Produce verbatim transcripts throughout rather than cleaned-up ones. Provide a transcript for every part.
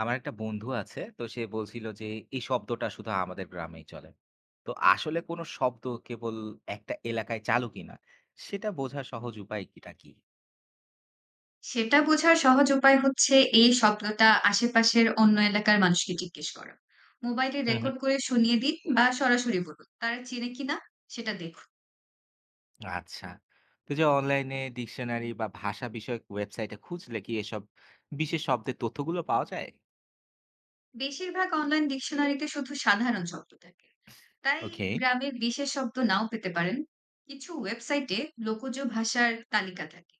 আমার একটা বন্ধু আছে, তো সে বলছিল যে এই শব্দটা শুধু আমাদের গ্রামেই চলে। তো আসলে কোনো শব্দ কেবল একটা এলাকায় চালু কিনা সেটা বোঝার সহজ উপায় কিটা কি? সেটা বোঝার সহজ উপায় হচ্ছে এই শব্দটা আশেপাশের অন্য এলাকার মানুষকে জিজ্ঞেস করা। মোবাইলে হুম হুম। রেকর্ড করে শুনিয়ে দিন বা সরাসরি বলুন। তারা চেনে কিনা সেটা দেখুন। আচ্ছা, তো যে অনলাইনে ডিকশনারি বা ভাষা বিষয়ক ওয়েবসাইটে খুঁজলে কি এসব বিশেষ শব্দের তথ্যগুলো পাওয়া যায়? বেশিরভাগ অনলাইন ডিকশনারিতে শুধু সাধারণ শব্দ থাকে। তাই ওকে। গ্রামের বিশেষ শব্দ নাও পেতে পারেন। কিছু ওয়েবসাইটে লোকজ ভাষার তালিকা থাকে।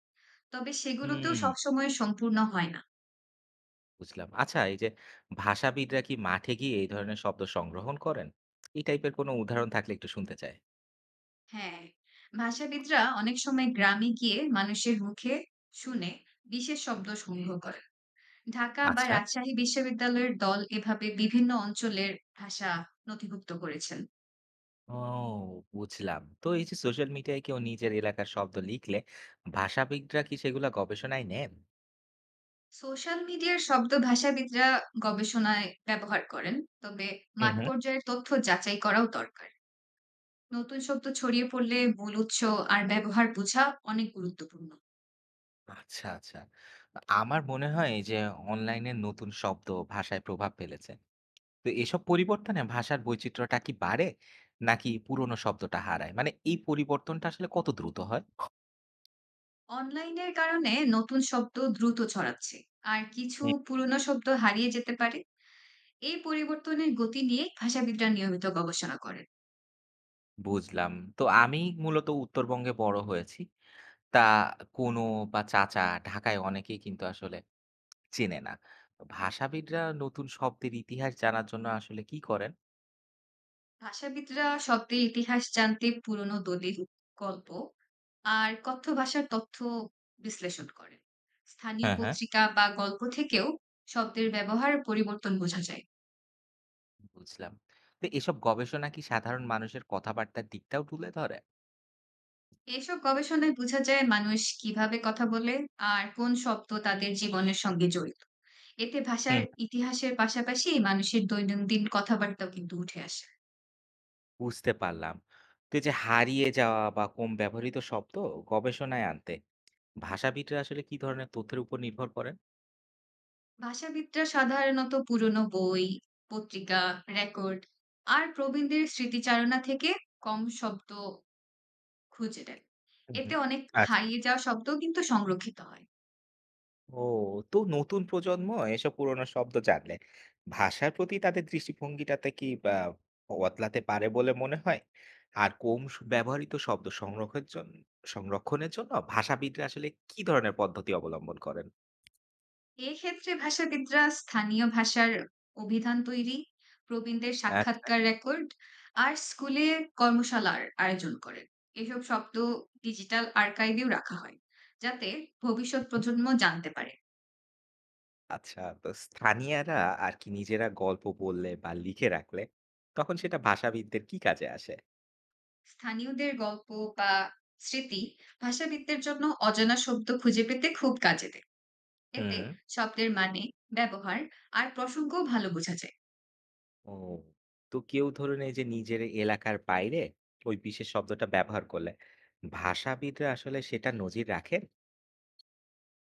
তবে সেগুলোতেও হুম, সবসময় সম্পূর্ণ হয় না। বুঝলাম। আচ্ছা, এই যে ভাষাবিদরা কি মাঠে গিয়ে এই ধরনের শব্দ সংগ্রহণ করেন? এই টাইপের কোনো উদাহরণ থাকলে একটু শুনতে চাই। হ্যাঁ, ভাষাবিদরা অনেক সময় গ্রামে গিয়ে মানুষের মুখে শুনে বিশেষ শব্দ সংগ্রহ করে। ঢাকা বা আচ্ছা। রাজশাহী বিশ্ববিদ্যালয়ের দল এভাবে বিভিন্ন অঞ্চলের ভাষা নথিভুক্ত করেছেন। ও, বুঝলাম। তো এই যে সোশ্যাল মিডিয়ায় কেউ নিজের এলাকার শব্দ লিখলে ভাষাবিদরা কি সেগুলা গবেষণায় নেন? সোশ্যাল মিডিয়ার শব্দ ভাষাবিদরা গবেষণায় ব্যবহার করেন, তবে হুম মাঠ হুম। পর্যায়ের তথ্য যাচাই করাও দরকার। নতুন শব্দ ছড়িয়ে পড়লে মূল উৎস আর ব্যবহার বোঝা অনেক গুরুত্বপূর্ণ। আচ্ছা, আচ্ছা। আমার মনে হয় যে অনলাইনে নতুন শব্দ ভাষায় প্রভাব ফেলেছে। তো এসব পরিবর্তনে ভাষার বৈচিত্র্যটা কি বাড়ে? নাকি পুরনো শব্দটা হারায়? মানে এই পরিবর্তনটা আসলে কত দ্রুত হয়? অনলাইনের কারণে নতুন শব্দ দ্রুত ছড়াচ্ছে, আর কিছু হুম। পুরনো শব্দ হারিয়ে যেতে পারে। এই পরিবর্তনের গতি নিয়ে ভাষাবিদরা নিয়মিত গবেষণা করেন। বুঝলাম। তো আমি মূলত উত্তরবঙ্গে বড় হয়েছি। তা কোনো বা চাচা ঢাকায় অনেকেই কিন্তু আসলে চেনে না। ভাষাবিদরা নতুন শব্দের ইতিহাস জানার জন্য আসলে কি করেন? ভাষাবিদরা শব্দের ইতিহাস জানতে পুরনো দলিল, গল্প আর কথ্য ভাষার তথ্য বিশ্লেষণ করেন। স্থানীয় হ্যাঁ, হ্যাঁ। পত্রিকা বা গল্প থেকেও শব্দের ব্যবহার ও পরিবর্তন বোঝা যায়। বুঝলাম। তো এসব গবেষণা কি সাধারণ মানুষের কথাবার্তার দিকটাও তুলে ধরে? এসব গবেষণায় বোঝা যায় মানুষ কিভাবে কথা বলে আর কোন শব্দ তাদের জীবনের সঙ্গে জড়িত। এতে ভাষার হুম। ইতিহাসের পাশাপাশি মানুষের দৈনন্দিন কথাবার্তাও কিন্তু উঠে আসে। বুঝতে পারলাম। তো এই যে হারিয়ে যাওয়া বা কম ব্যবহৃত শব্দ গবেষণায় আনতে ভাষাবিদরা আসলে কি ধরনের তথ্যের উপর নির্ভর করেন? ভাষাবিদরা সাধারণত পুরনো বই, পত্রিকা, রেকর্ড আর প্রবীণদের স্মৃতিচারণা থেকে কম শব্দ খুঁজে নেন। হুম, হুম। এতে অনেক আচ্ছা। হারিয়ে যাওয়া শব্দ কিন্তু সংরক্ষিত হয়। ও, তো নতুন প্রজন্ম এসব পুরোনো শব্দ জানলে ভাষার প্রতি তাদের দৃষ্টিভঙ্গিটাতে কি আহ, বদলাতে পারে বলে মনে হয়? আর কম স- ব্যবহৃত শব্দ সংরক্ষণের জন্য সংরক্ষণের জন্য ভাষাবিদরা আসলে কি ধরনের পদ্ধতি অবলম্বন করেন? এক্ষেত্রে ভাষাবিদরা স্থানীয় ভাষার অভিধান তৈরি, প্রবীণদের আচ্ছা। সাক্ষাৎকার রেকর্ড আর স্কুলে কর্মশালার আয়োজন করেন। এসব শব্দ ডিজিটাল আর্কাইভেও রাখা হয়, যাতে ভবিষ্যৎ হুম। প্রজন্ম জানতে পারে। আচ্ছা, তো স্থানীয়রা আর কি নিজেরা গল্প বললে বা লিখে রাখলে তখন সেটা ভাষাবিদদের কি কাজে আসে? স্থানীয়দের গল্প বা স্মৃতি ভাষাবিদদের জন্য অজানা শব্দ খুঁজে পেতে খুব কাজে দেয়। এতে হুম। শব্দের মানে, ব্যবহার আর প্রসঙ্গও ভালো বোঝা যায়। ও, তো কেউ ধরুন এই যে নিজের এলাকার বাইরে ওই বিশেষ শব্দটা ব্যবহার করলে ভাষাবিদরা আসলে সেটা নজির রাখেন?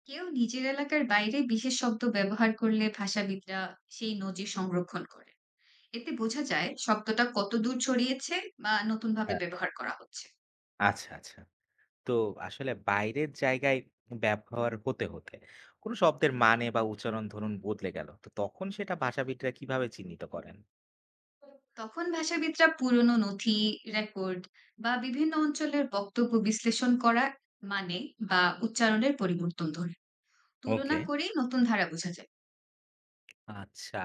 কেউ নিজের এলাকার বাইরে বিশেষ শব্দ ব্যবহার করলে ভাষাবিদরা সেই নজির সংরক্ষণ করে। এতে বোঝা যায় শব্দটা কত দূর ছড়িয়েছে বা নতুন ভাবে হ্যাঁ। ব্যবহার করা হচ্ছে। আচ্ছা আচ্ছা। তো আসলে বাইরের জায়গায় ব্যবহার হতে হতে কোনো শব্দের মানে বা উচ্চারণ ধরুন বদলে গেল, তো তখন সেটা ভাষাবিদরা কিভাবে চিহ্নিত করেন? তখন ভাষাবিদরা পুরনো নথি, রেকর্ড বা বিভিন্ন অঞ্চলের বক্তব্য বিশ্লেষণ করা মানে বা উচ্চারণের পরিবর্তন ধরে তুলনা ওকে। করেই নতুন ধারা বোঝা যায়। আচ্ছা,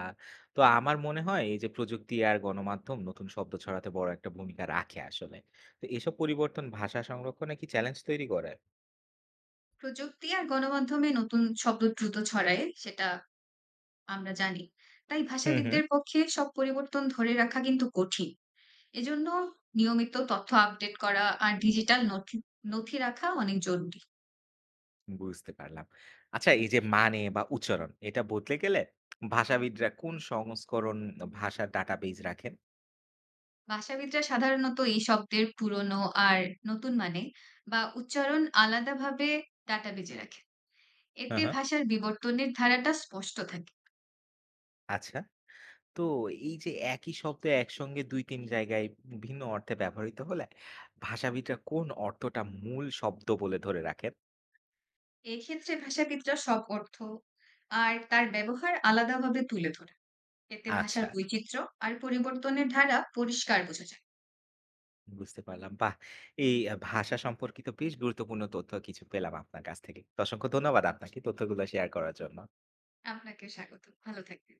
তো আমার মনে হয় এই যে প্রযুক্তি আর গণমাধ্যম নতুন শব্দ ছড়াতে বড় একটা ভূমিকা রাখে আসলে। তো এসব পরিবর্তন ভাষা সংরক্ষণে কি চ্যালেঞ্জ তৈরি করে? প্রযুক্তি আর গণমাধ্যমে নতুন শব্দ দ্রুত ছড়ায়, সেটা আমরা জানি। তাই হুম হুম। ভাষাবিদদের পক্ষে সব পরিবর্তন ধরে রাখা কিন্তু কঠিন। এজন্য নিয়মিত তথ্য আপডেট করা আর ডিজিটাল নথি নথি রাখা অনেক জরুরি। বুঝতে পারলাম। আচ্ছা, এই যে মানে বা উচ্চারণ এটা বদলে গেলে ভাষাবিদরা কোন সংস্করণ ভাষার ডাটাবেজ রাখেন? ভাষাবিদরা সাধারণত এই শব্দের পুরনো আর নতুন মানে বা উচ্চারণ আলাদাভাবে ডাটাবেজে রাখে। হ্যাঁ, এতে হ্যাঁ। ভাষার বিবর্তনের ধারাটা স্পষ্ট থাকে। আচ্ছা। তো এই যে একই শব্দ একসঙ্গে দুই তিন জায়গায় ভিন্ন অর্থে ব্যবহৃত হলে ভাষাবিদরা কোন অর্থটা মূল শব্দ বলে ধরে রাখেন? এক্ষেত্রে ভাষাবিদরা সব অর্থ আর তার ব্যবহার আলাদাভাবে তুলে ধরে। এতে ভাষার আচ্ছা, বৈচিত্র্য আর পরিবর্তনের ধারা পরিষ্কার বোঝা যায়। বুঝতে পারলাম। বাহ! এই আ ভাষা সম্পর্কিত বেশ গুরুত্বপূর্ণ তথ্য কিছু পেলাম আপনার কাছ থেকে। তো অসংখ্য ধন্যবাদ আপনাকে তথ্যগুলো শেয়ার করার জন্য। আপনাকে স্বাগত, ভালো থাকবেন।